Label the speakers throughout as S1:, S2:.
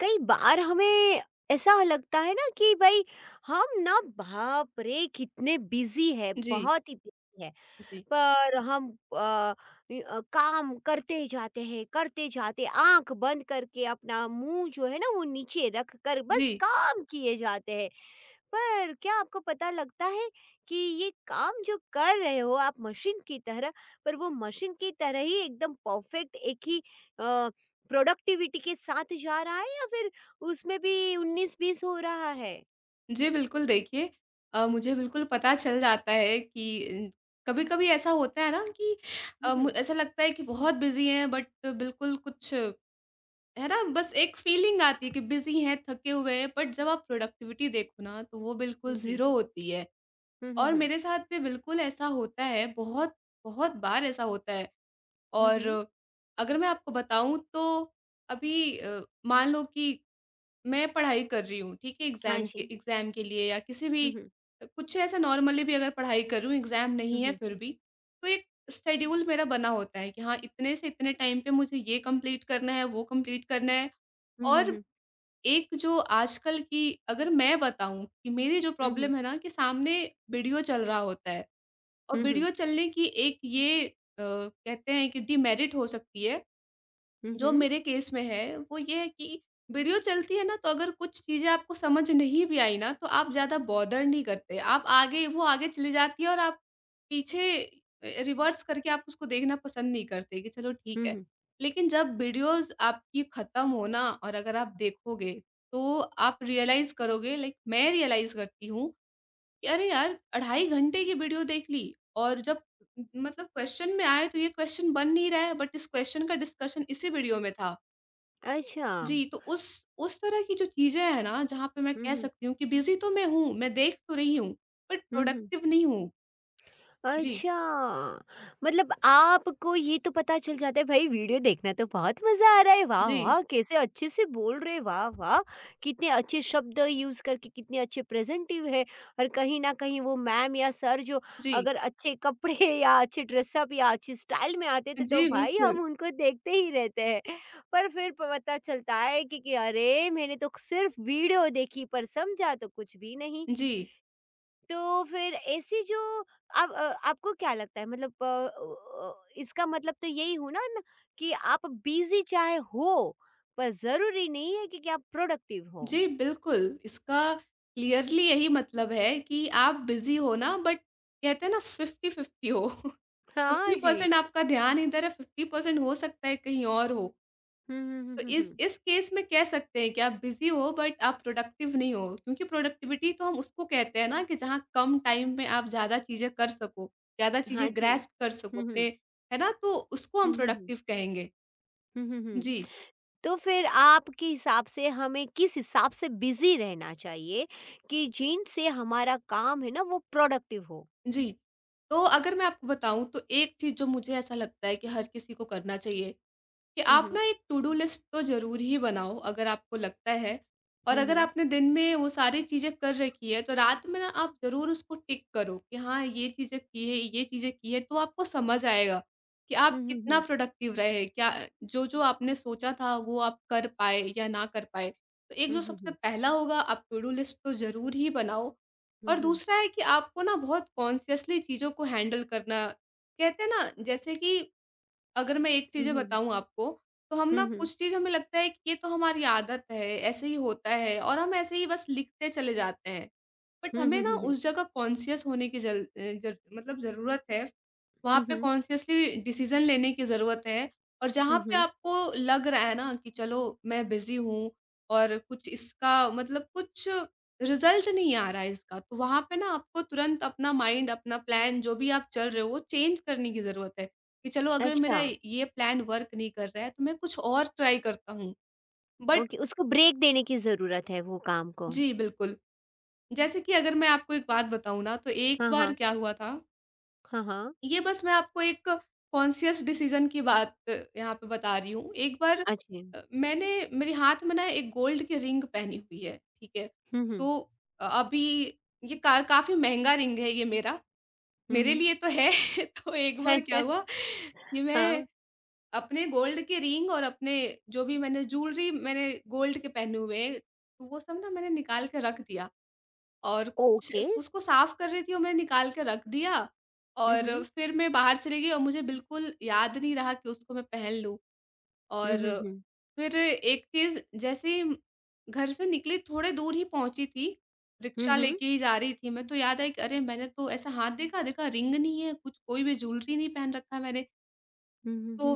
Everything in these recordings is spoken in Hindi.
S1: कई बार हमें ऐसा लगता है ना कि भाई हम ना बाप रे कितने बिजी है
S2: जी,
S1: बहुत ही बिजी है।
S2: जी,
S1: पर हम आ, काम करते जाते हैं करते जाते आंख बंद करके अपना मुंह जो है ना वो नीचे रख कर बस
S2: जी।
S1: काम किए जाते हैं। पर क्या आपको पता लगता है कि ये काम जो कर रहे हो आप मशीन की तरह, पर वो मशीन की तरह ही एकदम परफेक्ट एक ही प्रोडक्टिविटी के साथ जा रहा है या फिर उसमें भी उन्नीस बीस हो रहा है?
S2: जी, बिल्कुल देखिए। मुझे बिल्कुल पता चल जाता है कि कभी-कभी ऐसा होता है ना कि
S1: हम्म।
S2: अ,
S1: हम्म।
S2: मु ऐसा लगता है कि बहुत बिज़ी हैं बट बिल्कुल कुछ है ना, बस एक फ़ीलिंग आती है कि बिज़ी हैं, थके हुए हैं, बट जब आप प्रोडक्टिविटी देखो ना तो वो बिल्कुल
S1: हम्म।
S2: ज़ीरो होती है। और
S1: हम्म।
S2: मेरे साथ भी बिल्कुल ऐसा होता है, बहुत, बहुत बार ऐसा होता है।
S1: हम्म।
S2: और
S1: हम्म।
S2: अगर मैं आपको बताऊँ तो अभी मान लो कि मैं पढ़ाई कर रही हूँ, ठीक है?
S1: हाँ
S2: एग्ज़ाम के
S1: जी।
S2: एग्ज़ाम के लिए या किसी भी
S1: हम्म। हम्म।
S2: कुछ ऐसा नॉर्मली भी अगर पढ़ाई कर रही हूँ, एग्ज़ाम नहीं है
S1: हम्म।
S2: फिर भी, तो एक शेड्यूल मेरा बना होता है कि हाँ, इतने से इतने टाइम पे मुझे ये कंप्लीट करना है, वो कंप्लीट करना है।
S1: हम्म।
S2: और
S1: हम्म।
S2: एक जो आजकल की अगर मैं बताऊँ कि मेरी जो प्रॉब्लम है ना कि सामने वीडियो चल रहा होता है और
S1: हम्म। हम्म।
S2: वीडियो चलने की एक ये कहते हैं कि डिमेरिट हो सकती है जो
S1: हम्म।
S2: मेरे केस में है, वो ये है कि वीडियो चलती है ना, तो अगर कुछ चीज़ें आपको समझ नहीं भी आई ना, तो आप ज़्यादा बॉदर नहीं करते। आप आगे वो आगे चली जाती है और आप पीछे रिवर्स करके आप उसको देखना पसंद नहीं करते कि चलो ठीक है।
S1: हम्म।
S2: लेकिन जब वीडियोज़ आपकी ख़त्म हो ना और अगर आप देखोगे, तो आप रियलाइज़ करोगे लाइक मैं रियलाइज़ करती हूँ अरे यार! ढाई घंटे की वीडियो देख ली और जब मतलब क्वेश्चन में आए तो ये क्वेश्चन बन नहीं रहा है बट इस क्वेश्चन का डिस्कशन इसी वीडियो में था।
S1: अच्छा।
S2: जी, तो उस तरह की जो चीज़ें हैं ना जहाँ पे मैं कह
S1: हम्म।
S2: सकती हूँ कि बिज़ी तो मैं हूँ, मैं देख तो रही हूँ बट
S1: हम्म।
S2: प्रोडक्टिव नहीं हूँ। जी,
S1: अच्छा, मतलब आपको ये तो पता चल जाता है भाई वीडियो देखना तो बहुत मज़ा आ रहा है, वाह
S2: जी,
S1: वाह! कैसे अच्छे से बोल रहे हैं, वाह वाह! कितने अच्छे शब्द यूज़ करके कितने अच्छे प्रेज़ेंटिव है। और कहीं न कहीं वो मैम या सर जो
S2: जी।
S1: अगर अच्छे कपड़े या अच्छे ड्रेसअप या अच्छी स्टाइल में आते थे तो
S2: जी,
S1: भाई हम
S2: बिल्कुल।
S1: उनको देखते ही रहते हैं। पर फिर पता चलता है कि अरे! मैंने तो सिर्फ़ वीडियो देखी पर समझा तो कुछ भी नहीं।
S2: जी,
S1: तो फिर ऐसी जो आप आपको क्या लगता है मतलब इसका मतलब तो यही हुआ ना न कि आप बिज़ी चाहे हो, पर ज़रूरी नहीं है कि आप प्रोडक्टिव हो।
S2: जी, बिल्कुल। इसका क्लियरली यही मतलब है कि आप बिज़ी हो ना बट कहते हैं ना 50-50 हो।
S1: हाँ जी।
S2: 50% आपका ध्यान इधर है, 50% हो सकता है कहीं और हो।
S1: हुँ, हुँ, हुँ,
S2: तो
S1: हुँ,
S2: इस
S1: हुँ।
S2: इस केस में कह सकते हैं कि आप बिज़ी हो बट आप प्रोडक्टिव नहीं हो। क्योंकि प्रोडक्टिविटी तो हम उसको कहते हैं ना कि जहाँ कम टाइम में आप ज़्यादा चीज़ें कर सको, ज़्यादा
S1: हाँ
S2: चीज़ें
S1: जी।
S2: ग्रैस्प कर सको
S1: हुँ,
S2: अपने।
S1: हुँ।
S2: है ना? तो उसको
S1: हुँ,
S2: हम
S1: हुँ, हुँ।
S2: प्रोडक्टिव कहेंगे।
S1: हुँ, हुँ, हुँ।
S2: जी,
S1: तो फिर आपके हिसाब से हमें किस हिसाब से बिज़ी रहना चाहिए कि जिनसे हमारा काम है ना वो प्रोडक्टिव हो?
S2: जी। तो अगर मैं आपको बताऊँ तो एक चीज़ जो मुझे ऐसा लगता है कि हर किसी को करना चाहिए कि
S1: हुँ,
S2: आप
S1: हुँ।
S2: ना एक टू डू लिस्ट तो ज़रूर ही बनाओ। अगर आपको लगता है और
S1: हुँ,
S2: अगर
S1: हुँ।
S2: आपने दिन में वो सारी चीज़ें कर रखी है तो रात में ना आप ज़रूर उसको टिक करो कि हाँ ये चीज़ें की है, ये चीज़ें की है तो आपको समझ आएगा कि आप
S1: हुँ, हुँ,
S2: कितना
S1: हुँ।
S2: प्रोडक्टिव रहे। क्या जो आपने सोचा था वो आप कर पाए या ना कर पाए। तो एक
S1: हुँ,
S2: जो
S1: हुँ,
S2: सबसे
S1: हुँ।
S2: पहला होगा आप टू डू लिस्ट तो ज़रूर ही बनाओ
S1: हुँ,
S2: और
S1: हुँ।
S2: दूसरा है कि आपको ना बहुत कॉन्शियसली चीज़ों को हैंडल करना। कहते हैं ना जैसे कि अगर मैं एक
S1: हुँ,
S2: चीज़ें
S1: हुँ।
S2: बताऊँ आपको, तो हम
S1: हुँ,
S2: ना
S1: हुँ।
S2: कुछ चीज़ हमें लगता है कि ये तो हमारी आदत है, ऐसे ही होता है और हम ऐसे ही बस लिखते चले जाते हैं। बट
S1: हुँ,
S2: हमें
S1: हुँ,
S2: ना
S1: हुँ, हुँ।
S2: उस जगह कॉन्शियस होने की जल अ, जर मतलब ज़रूरत है। वहाँ
S1: हुँ,
S2: पे
S1: हुँ।
S2: कॉन्शियसली डिसीज़न लेने की ज़रूरत है। और
S1: हुँ,
S2: जहाँ पे
S1: हुँ।
S2: आपको लग रहा है ना कि चलो मैं बिज़ी हूँ और कुछ इसका मतलब कुछ रिज़ल्ट नहीं आ रहा है इसका, तो वहाँ पे ना आपको तुरंत अपना माइंड, अपना प्लान जो भी आप चल रहे हो, वो चेंज करने की ज़रूरत है। कि चलो अगर मेरा
S1: अच्छा,
S2: ये प्लान वर्क नहीं कर रहा है तो मैं कुछ और ट्राई करता हूँ। बट
S1: ओके, उसको ब्रेक देने की ज़रूरत है वो काम को।
S2: जी, बिल्कुल। जैसे कि अगर मैं आपको एक बात बताऊँ ना तो एक
S1: हाँ,
S2: बार
S1: हाँ।
S2: क्या हुआ था,
S1: हाँ, हाँ।
S2: ये बस मैं आपको एक कॉन्शियस डिसीज़न की बात यहाँ पे बता रही हूँ। एक बार
S1: अच्छे।
S2: मैंने मेरे हाथ में ना एक गोल्ड की रिंग पहनी हुई है, ठीक है?
S1: हुँ, हुँ।
S2: तो अभी ये का काफ़ी महँगा रिंग है ये मेरा,
S1: हुँ,
S2: मेरे
S1: हुँ।
S2: लिए तो है। तो एक बार क्या
S1: अच्छा,
S2: हुआ कि
S1: हाँ,
S2: मैं अपने गोल्ड के रिंग और अपने जो भी मैंने ज्वेलरी मैंने गोल्ड के पहने हुए हैं, तो वो सब ना मैंने निकाल के रख दिया और कुछ
S1: ओके।
S2: उसको साफ कर रही थी और मैंने निकाल के रख दिया
S1: हुँ,
S2: और
S1: हुँ।
S2: फिर मैं बाहर चली गई और मुझे बिल्कुल याद नहीं रहा कि उसको मैं पहन लूँ।
S1: हुँ,
S2: और
S1: हुँ, हुँ।
S2: फिर एक चीज़ जैसे ही घर से निकली थोड़े दूर ही पहुंची थी
S1: हुँ,
S2: रिक्शा
S1: हुँ।
S2: लेके ही जा रही थी मैं तो याद आई कि अरे मैंने तो ऐसा हाथ देखा देखा रिंग नहीं है कुछ कोई भी ज्वेलरी नहीं पहन रखा मैंने।
S1: हुँ, हुँ,
S2: तो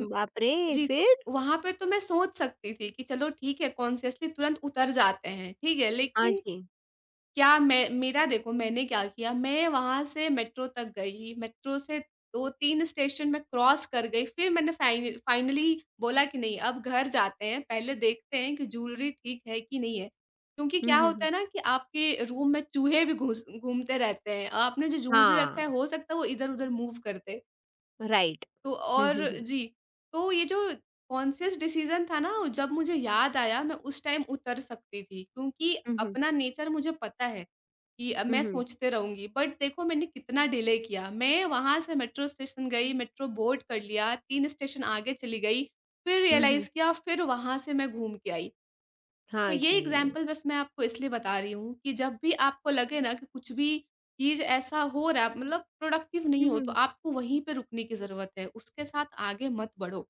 S1: हुँ। बाप रे!
S2: जी, तो
S1: फिर?
S2: वहाँ पे तो मैं सोच सकती थी कि चलो ठीक है कॉन्शियसली तुरंत उतर जाते हैं, ठीक है?
S1: हाँ
S2: लेकिन
S1: जी।
S2: क्या मैं मेरा देखो मैंने क्या किया, मैं वहाँ से मेट्रो तक गई, मेट्रो से 2-3 स्टेशन मैं क्रॉस कर गई, फिर मैंने फाइनली बोला कि नहीं अब घर जाते हैं, पहले देखते हैं कि ज्वेलरी ठीक है कि नहीं है। क्योंकि
S1: हुँ,
S2: क्या
S1: हुँ,
S2: होता
S1: हुँ।
S2: है ना कि आपके रूम में चूहे भी घुस घूमते रहते हैं, आपने जो ज्वेलरी रखा
S1: हाँ,
S2: है हो सकता है वो इधर-उधर मूव कर दे।
S1: राइट।
S2: तो
S1: हुँ, हुँ,
S2: और
S1: हुँ।
S2: जी, तो ये जो कॉन्शियस डिसीज़न था ना, जब मुझे याद आया मैं उस टाइम उतर सकती थी क्योंकि
S1: हुँ, हुँ।
S2: अपना नेचर मुझे पता है कि
S1: हुँ,
S2: मैं
S1: हुँ।
S2: सोचते रहूँगी। बट देखो मैंने कितना डिले किया, मैं वहाँ से मेट्रो स्टेशन गई, मेट्रो बोर्ड कर लिया, 3 स्टेशन आगे चली गई, फिर
S1: हुँ, हुँ।
S2: रियलाइज़ किया, फिर वहाँ से मैं घूम के आई। तो
S1: हाँ
S2: ये
S1: जी।
S2: एग्ज़ाम्पल बस मैं आपको इसलिए बता रही हूँ कि जब भी आपको लगे ना कि कुछ भी चीज़ ऐसा हो रहा है मतलब प्रोडक्टिव
S1: हुँ,
S2: नहीं हो, तो
S1: हुँ।
S2: आपको वहीं पे रुकने की ज़रूरत है, उसके साथ आगे मत बढ़ो।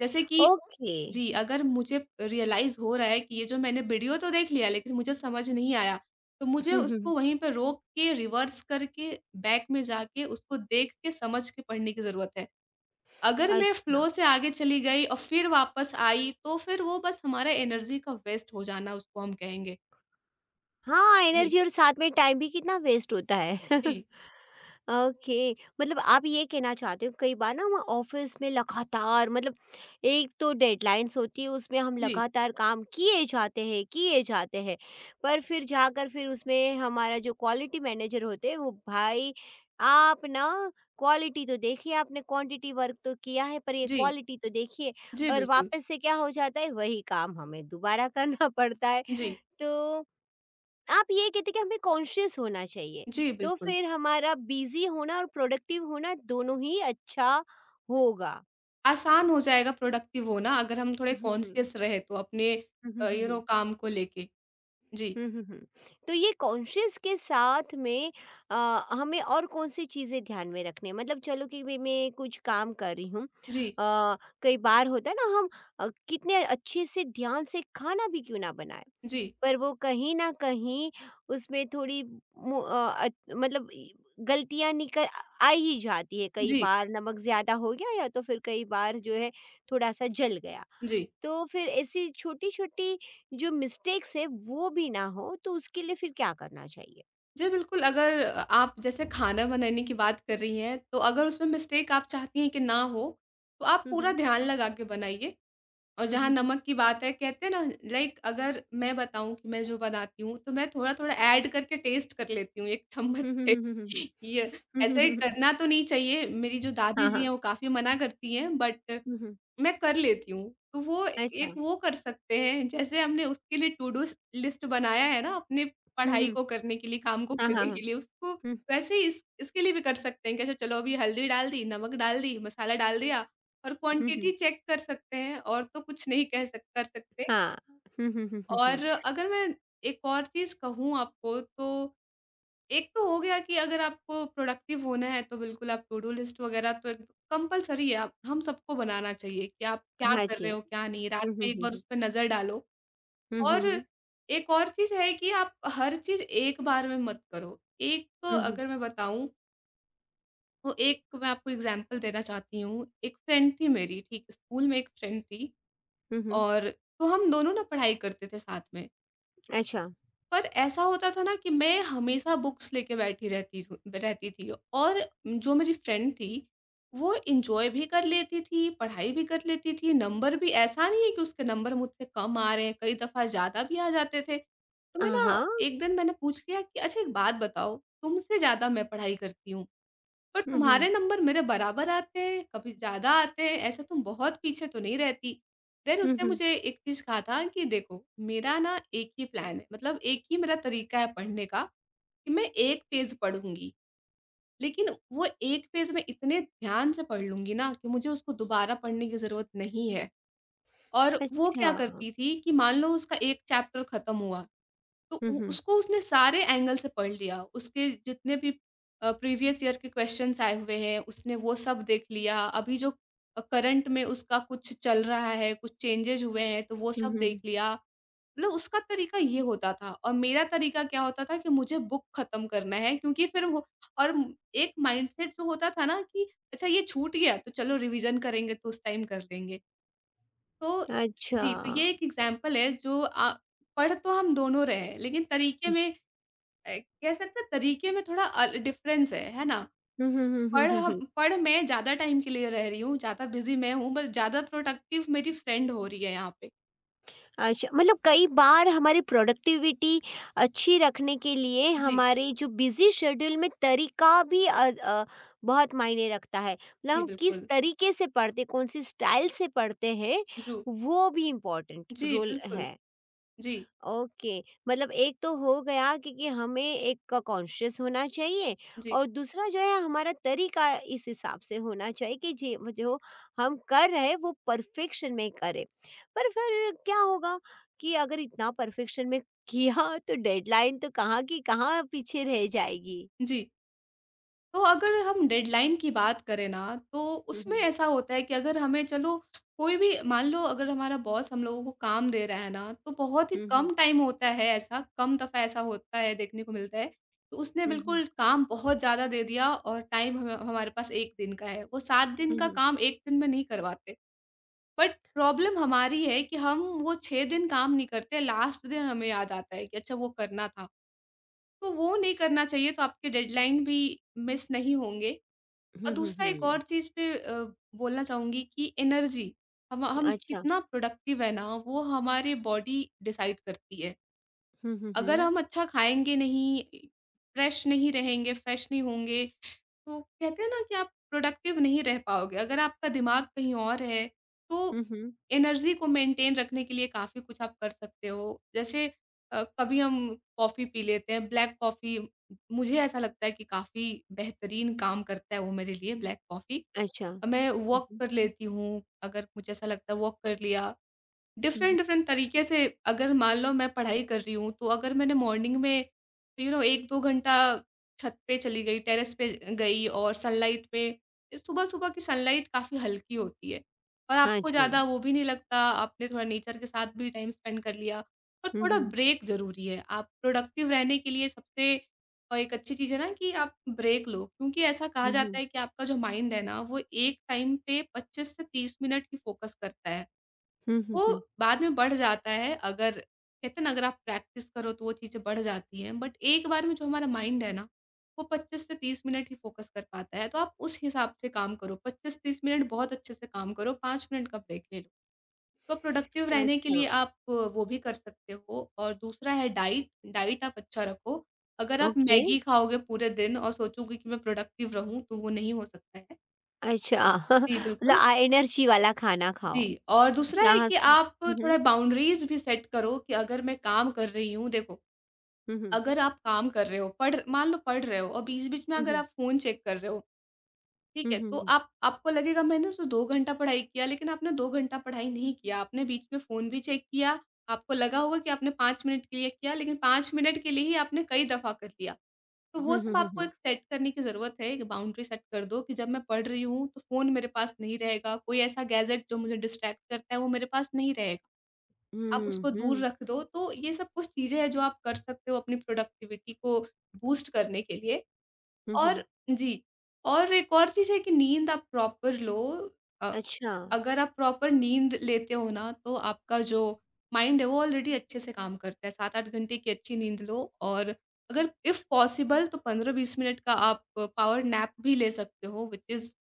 S2: जैसे कि
S1: ओके।
S2: जी, अगर मुझे रियलाइज़ हो रहा है कि ये जो मैंने वीडियो तो देख लिया लेकिन मुझे समझ नहीं आया, तो मुझे
S1: हुँ, हुँ,
S2: उसको
S1: हुँ।
S2: वहीं पे रोक के रिवर्स करके बैक में जाके उसको देख के समझ के पढ़ने की ज़रूरत है। अगर मैं
S1: अच्छा।
S2: फ्लो से आगे चली गई और फिर वापस आई, तो फिर वो बस हमारा एनर्जी का वेस्ट हो जाना उसको हम कहेंगे।
S1: हाँ,
S2: जी,
S1: एनर्जी और साथ में टाइम भी कितना वेस्ट होता है।
S2: जी,
S1: ओके, मतलब आप ये कहना चाहते हो कई बार ना हम ऑफिस में लगातार मतलब एक तो डेडलाइंस होती है उसमें हम
S2: जी,
S1: लगातार काम किए जाते हैं किए जाते हैं, पर फिर जाकर फिर उसमें हमारा जो क्वालिटी मैनेजर होते हैं वो भाई आप ना क्वालिटी तो देखिए, आपने क्वांटिटी वर्क तो किया है पर ये
S2: जी,
S1: क्वालिटी तो देखिए,
S2: जी,
S1: और
S2: बिल्कुल।
S1: वापस से क्या हो जाता है वही काम हमें दोबारा करना पड़ता है।
S2: जी,
S1: तो आप ये कहते कि हमें कॉन्शियस होना चाहिए,
S2: जी,
S1: तो
S2: बिल्कुल।
S1: फिर हमारा बिज़ी होना और प्रोडक्टिव होना दोनों ही अच्छा होगा।
S2: आसान हो जाएगा प्रोडक्टिव होना अगर हम थोड़े कॉन्शियस रहे तो अपने
S1: हुँ,
S2: यू नो
S1: हुँ।
S2: काम को लेके। जी,
S1: हुँ, हुँ, हुँ। तो ये कॉन्शियस के साथ में अ, हमें और कौन-सी चीज़ें ध्यान में रखनी है? मतलब चलो कि भई मैं कुछ काम कर रही हूँ,
S2: जी,
S1: कई बार होता है ना हम कितने अच्छे से ध्यान से खाना भी क्यों ना बनाएँ,
S2: जी,
S1: पर वो कहीं न कहीं उसमें थोड़ी मु अ, अ, मतलब इ गलतियाँ निकल आ ही जाती है। कई
S2: जी,
S1: बार नमक ज़्यादा हो गया या तो फिर कई बार जो है थोड़ा-सा जल गया।
S2: जी।
S1: तो फिर ऐसी छोटी-छोटी जो मिस्टेक्स है वो भी ना हो तो उसके लिए फिर क्या करना चाहिए?
S2: जी, बिल्कुल अगर आप जैसे खाना बनाने की बात कर रही हैं, तो अगर उसमें मिस्टेक आप चाहती हैं कि ना हो, तो आप
S1: हुँ,
S2: पूरा
S1: हुँ।
S2: ध्यान लगा के बनाइए। और
S1: हुँ,
S2: जहाँ
S1: हुँ, हुँ।
S2: नमक की बात है, कहते हैं ना लाइक अगर मैं बताऊँ कि मैं जो बनाती हूँ, तो मैं थोड़ा-थोड़ा ऐड करके टेस्ट कर लेती हूँ 1 चम्मच
S1: हुँ, हुँ,
S2: से।
S1: हुँ, हुँ, हुँ, हुँ।
S2: ये
S1: हुँ, हुँ,
S2: ऐसे
S1: हुँ,
S2: करना तो नहीं चाहिए, मेरी जो
S1: हाँ,
S2: दादी जी
S1: हाँ।
S2: हैं, वो काफ़ी मना करती हैं बट
S1: हुँ, हुँ।
S2: मैं कर लेती हूँ, तो वो
S1: अच्छा।
S2: एक वो कर सकते हैं, जैसे हमने उसके लिए टू डू लिस्ट बनाया है ना, अपने
S1: हुँ,
S2: पढ़ाई
S1: हुँ।
S2: को करने के लिए, काम को
S1: हाँ, हाँ,
S2: करने के
S1: हाँ।
S2: लिए, उसको
S1: हुँ,
S2: वैसे ही इस इसके लिए भी कर सकते हैं, कैसे चलो अभी हल्दी डाल दी, नमक डाल दी, मसाला डाल दिया और
S1: हुँ,
S2: क्वांटिटी
S1: हुँ।
S2: चेक कर सकते हैं और तो कुछ नहीं कह सक कर सकते।
S1: हाँ। हुँ, हुँ, हुँ, हुँ, हुँ।
S2: और अगर मैं एक और चीज़ कहूँ आपको तो एक तो हो गया कि अगर आपको प्रोडक्टिव होना है तो बिल्कुल आप टू डू लिस्ट वगैरह तो एक कंपल्सरी है आप हम सबको बनाना चाहिए कि आप क्या
S1: हाँ
S2: कर
S1: जी।
S2: रहे हो क्या नहीं रात
S1: हुँ, हुँ,
S2: में एक
S1: हुँ,
S2: बार
S1: हुँ।
S2: उस पे नज़र डालो।
S1: हुँ, हुँ,
S2: और
S1: हुँ।
S2: एक और चीज़ है कि आप हर चीज़ एक बार में मत करो। एक तो
S1: हुँ, हुँ।
S2: अगर मैं बताऊँ तो एक मैं आपको एग्ज़ाम्पल देना चाहती हूँ। एक फ्रेंड थी मेरी ठीक स्कूल में एक फ्रेंड थी
S1: हुँ, हुँ।
S2: और तो हम दोनों ना पढ़ाई करते थे साथ में।
S1: अच्छा।
S2: पर ऐसा होता था ना कि मैं हमेशा बुक्स लेके बैठी रहती थू रहती थी और जो मेरी फ्रेंड थी, वो एन्जॉय भी कर लेती थी, पढ़ाई भी कर लेती थी, नंबर भी ऐसा नहीं है कि उसके नंबर मुझसे कम आ रहे हैं, कई दफ़ा ज़्यादा भी आ जाते थे। तो
S1: अ,
S2: मैं ना
S1: हाँ।
S2: एक दिन मैंने पूछ लिया कि अच्छा एक बात बताओ, तुमसे ज़्यादा मैं पढ़ाई करती हूँ। पर
S1: हुँ, हुँ।
S2: तुम्हारे नंबर मेरे बराबर आते हैं, कभी ज़्यादा आते हैं, ऐसा तुम बहुत पीछे तो नहीं रहती। देन
S1: हुँ,
S2: उसने
S1: हुँ।
S2: मुझे एक चीज़ कहा था कि देखो, मेरा ना एक ही प्लान है, मतलब एक ही मेरा तरीका है पढ़ने का कि मैं 1 पेज पढ़ूँगी, लेकिन वो 1 पेज मैं इतने ध्यान से पढ़ लूँगी ना कि मुझे उसको दोबारा पढ़ने की ज़रूरत नहीं है। और वो क्या
S1: अच्छा।
S2: करती थी कि मान लो उसका 1 चैप्टर खत्म हुआ, तो
S1: हुँ,
S2: उ
S1: हुँ।
S2: उसको उसने सारे एंगल से पढ़ लिया। उसके जितने भी प्रीवियस ईयर के क्वेश्चन्स आए हुए हैं, उसने वो सब देख लिया। अभी जो करंट में उसका कुछ चल रहा है, कुछ चेंजेज़ हुए हैं, तो वो
S1: हुँ,
S2: सब
S1: हुँ,
S2: देख
S1: हुँ।
S2: लिया। मतलब उसका तरीका ये होता था और मेरा तरीका क्या होता था कि मुझे बुक खत्म करना है क्योंकि फिर वो और एक माइंडसेट जो होता था ना कि अच्छा ये छूट गया तो चलो रिवीजन करेंगे तो उस टाइम कर लेंगे। तो
S1: अच्छा।
S2: जी, तो ये एक एग्ज़ाम्पल है जो पढ़ तो हम दोनों रहे हैं, लेकिन तरीके में अ, कह सकते हैं तरीके में थोड़ा अल डिफ़रेंस है ना?
S1: हुँ, हुँ, हुँ, हुँ,
S2: पढ़
S1: हुँ,
S2: हम
S1: हुँ।
S2: पढ़ मैं ज़्यादा टाइम के लिए रह रही हूँ, ज़्यादा बिज़ी मैं हूँ, बस ज़्यादा प्रोडक्टिव मेरी फ्रेंड हो रही है यहाँ पे।
S1: अच्छा, मतलब कई बार हमारी प्रोडक्टिविटी अच्छी रखने के लिए
S2: जी,
S1: हमारे जो बिजी शेड्यूल में तरीका भी बहुत मायने रखता है, मतलब
S2: जी
S1: हम किस
S2: बिल्कुल।
S1: तरीके से पढ़ते कौन सी स्टाइल से पढ़ते हैं
S2: जू
S1: वो भी इम्पोर्टेंट
S2: जी,
S1: रोल
S2: बिल्कुल।
S1: है।
S2: जी,
S1: ओके, मतलब एक तो हो गया कि हमें एक कॉन्शियस होना चाहिए,
S2: जी,
S1: और दूसरा जो है हमारा तरीका इस हिसाब से होना चाहिए कि जी जो हम कर रहे हैं वो परफेक्शन में करें। पर फिर क्या होगा कि अगर इतना परफेक्शन में किया तो डेडलाइन तो कहाँ की कहाँ पीछे रह जाएगी?
S2: जी। तो अगर हम डेडलाइन की बात करें ना, तो उसमें
S1: हम्म।
S2: ऐसा होता है कि अगर हमें चलो कोई भी मान लो अगर हमारा बॉस हम लोगों को काम दे रहा है ना, तो बहुत ही
S1: हम्म।
S2: कम टाइम होता है ऐसा, कम दफ़ा ऐसा होता है देखने को मिलता है, तो उसने
S1: हम्म।
S2: बिल्कुल काम बहुत ज़्यादा दे दिया और टाइम हम हमारे पास 1 दिन का है। वो 7 दिन का
S1: हम्म।
S2: काम 1 दिन में नहीं करवाते, बट प्रॉब्लम हमारी है कि हम वो 6 दिन काम नहीं करते, लास्ट दिन हमें याद आता है कि अच्छा वो करना था। तो वो नहीं करना चाहिए तो आपके डेडलाइन भी मिस नहीं होंगे।
S1: हम्म।
S2: और
S1: हम्म।
S2: दूसरा एक
S1: हम्म।
S2: और चीज़ पे बोलना चाहूँगी कि एनर्जी हम
S1: अच्छा।
S2: कितना प्रोडक्टिव है ना, वो हमारी बॉडी डिसाइड करती है।
S1: हम्म। हम्म।
S2: अगर
S1: हम्म।
S2: हम अच्छा खाएँगे नहीं, फ्रेश नहीं रहेंगे, फ्रेश नहीं होंगे, तो कहते हैं ना कि आप प्रोडक्टिव नहीं रह पाओगे। अगर आपका दिमाग कहीं और है, तो
S1: हम्म।
S2: एनर्जी को मेंटेन रखने के लिए काफ़ी कुछ आप कर सकते हो। जैसे कभी हम कॉफ़ी पी लेते हैं, ब्लैक कॉफ़ी मुझे ऐसा लगता है कि काफ़ी बेहतरीन काम करता है वो मेरे लिए ब्लैक कॉफ़ी।
S1: अच्छा। हम्म।
S2: मैं वॉक
S1: हम्म।
S2: कर लेती हूँ, अगर मुझे ऐसा लगता है वॉक कर लिया।
S1: हम्म,
S2: डिफरेंट डिफरेंट तरीके से अगर मान लो मैं पढ़ाई कर रही हूँ, तो अगर मैंने मॉर्निंग में यू नो 1-2 घंटा छत पे चली गई, टेरेस पे गई और सनलाइट पे सुबह-सुबह की सनलाइट काफ़ी हल्की होती है और
S1: हाँ
S2: आपको
S1: जी।
S2: ज़्यादा वो भी नहीं लगता, आपने थोड़ा नेचर के साथ भी टाइम स्पेंड कर लिया और
S1: हम्म।
S2: थोड़ा
S1: हम्म।
S2: ब्रेक ज़रूरी है। आप प्रोडक्टिव रहने के लिए सबसे एक अच्छी चीज़ है ना कि आप ब्रेक लो क्योंकि ऐसा कहा जाता
S1: हम्म।
S2: है कि आपका जो माइंड है ना, वो एक टाइम पे 25 से 30 मिनट ही फ़ोकस करता है।
S1: हम्म।
S2: वो
S1: हम्म।
S2: बाद में बढ़ जाता है अगर कहते हैं ना अगर आप प्रैक्टिस करो तो वो चीज़ें बढ़ जाती हैं। बट एक बार में जो हमारा माइंड है ना, वो 25 से 30 मिनट ही फ़ोकस कर पाता है। तो आप उस हिसाब से काम करो। 25-30 मिनट बहुत अच्छे से काम करो, 5 मिनट का ब्रेक ले लो। तो प्रोडक्टिव रहने के
S1: अच्छा,
S2: लिए आप वो भी कर सकते हो और दूसरा है डाइट, डाइट आप अच्छा रखो। अगर आप
S1: ओके,
S2: मैगी खाओगे पूरे दिन और सोचोगे कि मैं प्रोडक्टिव रहूँ, तो वो नहीं हो सकता है।
S1: अच्छा।
S2: जी,
S1: मतलब
S2: बिल्कुल।
S1: एनर्जी वाला खाना खाओ।
S2: जी, और दूसरा है
S1: जहाँ
S2: कि
S1: से हुँ,
S2: आप थोड़ा
S1: हुँ,
S2: बाउंड्रीज़ भी सेट करो कि अगर मैं काम कर रही हूँ देखो,
S1: हुँ, हुँ,
S2: अगर आप काम कर रहे हो, पढ़ मान लो पढ़ रहे हो और बीच-बीच में अगर
S1: हुँ,
S2: आप फ़ोन चेक कर रहे हो, ठीक
S1: हुँ,
S2: है? तो
S1: हुँ,
S2: आप आपको लगेगा मैंने तो 2 घंटा पढ़ाई किया, लेकिन आपने 2 घंटा पढ़ाई नहीं किया, आपने बीच में फ़ोन भी चेक किया, आपको लगा होगा कि आपने 5 मिनट के लिए किया, लेकिन 5 मिनट के लिए ही आपने कई दफ़ा कर लिया। तो
S1: हुँ,
S2: वो
S1: हुँ, हुँ,
S2: सब
S1: हुँ,
S2: आपको
S1: हुँ,
S2: एक सेट करने की ज़रूरत है, एक बाउंड्री सेट कर दो कि जब मैं पढ़ रही हूँ, तो फ़ोन मेरे पास नहीं रहेगा, कोई ऐसा गैजेट जो मुझे डिस्ट्रैक्ट करता है, वो मेरे पास नहीं रहेगा। आप
S1: हुँ,
S2: उसको दूर
S1: हुँ,
S2: रख दो, तो ये सब कुछ चीज़ें हैं जो आप कर सकते हो अपनी प्रोडक्टिविटी को बूस्ट करने के लिए।
S1: हुँ, हुँ,
S2: और जी, और एक और चीज़ है कि नींद आप प्रॉपर लो अ,
S1: अच्छा।
S2: अगर आप प्रॉपर नींद लेते हो ना, तो आपका जो माइंड है वो ऑलरेडी अच्छे से काम करता है। 7-8 घंटे की अच्छी नींद लो और अगर इफ़ पॉसिबल तो 15-20 मिनट का आप पावर नैप भी ले सकते हो which is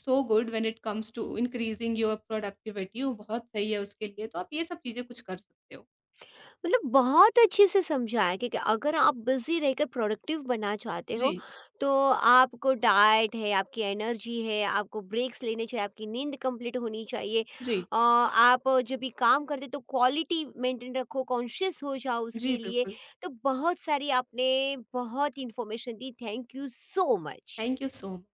S2: so good when it comes to increasing your productivity वो बहुत सही है उसके लिए। तो आप ये सब चीज़ें कुछ कर सकते हो।
S1: मतलब बहुत अच्छे से समझाया कि अगर आप बिजी रहकर प्रोडक्टिव बनना चाहते हो
S2: जी,
S1: तो आपको डाइट है, आपकी एनर्जी है, आपको ब्रेक्स लेने चाहिए, आपकी नींद कंप्लीट होनी चाहिए,
S2: जी।
S1: आप जब भी काम करते तो क्वालिटी मेंटेन रखो, कॉन्शियस हो जाओ
S2: जी,
S1: उसके लिए।
S2: बिल्कुल।
S1: तो बहुत सारी आपने बहुत इंफॉर्मेशन दी। Thank you so much.
S2: Thank you so much.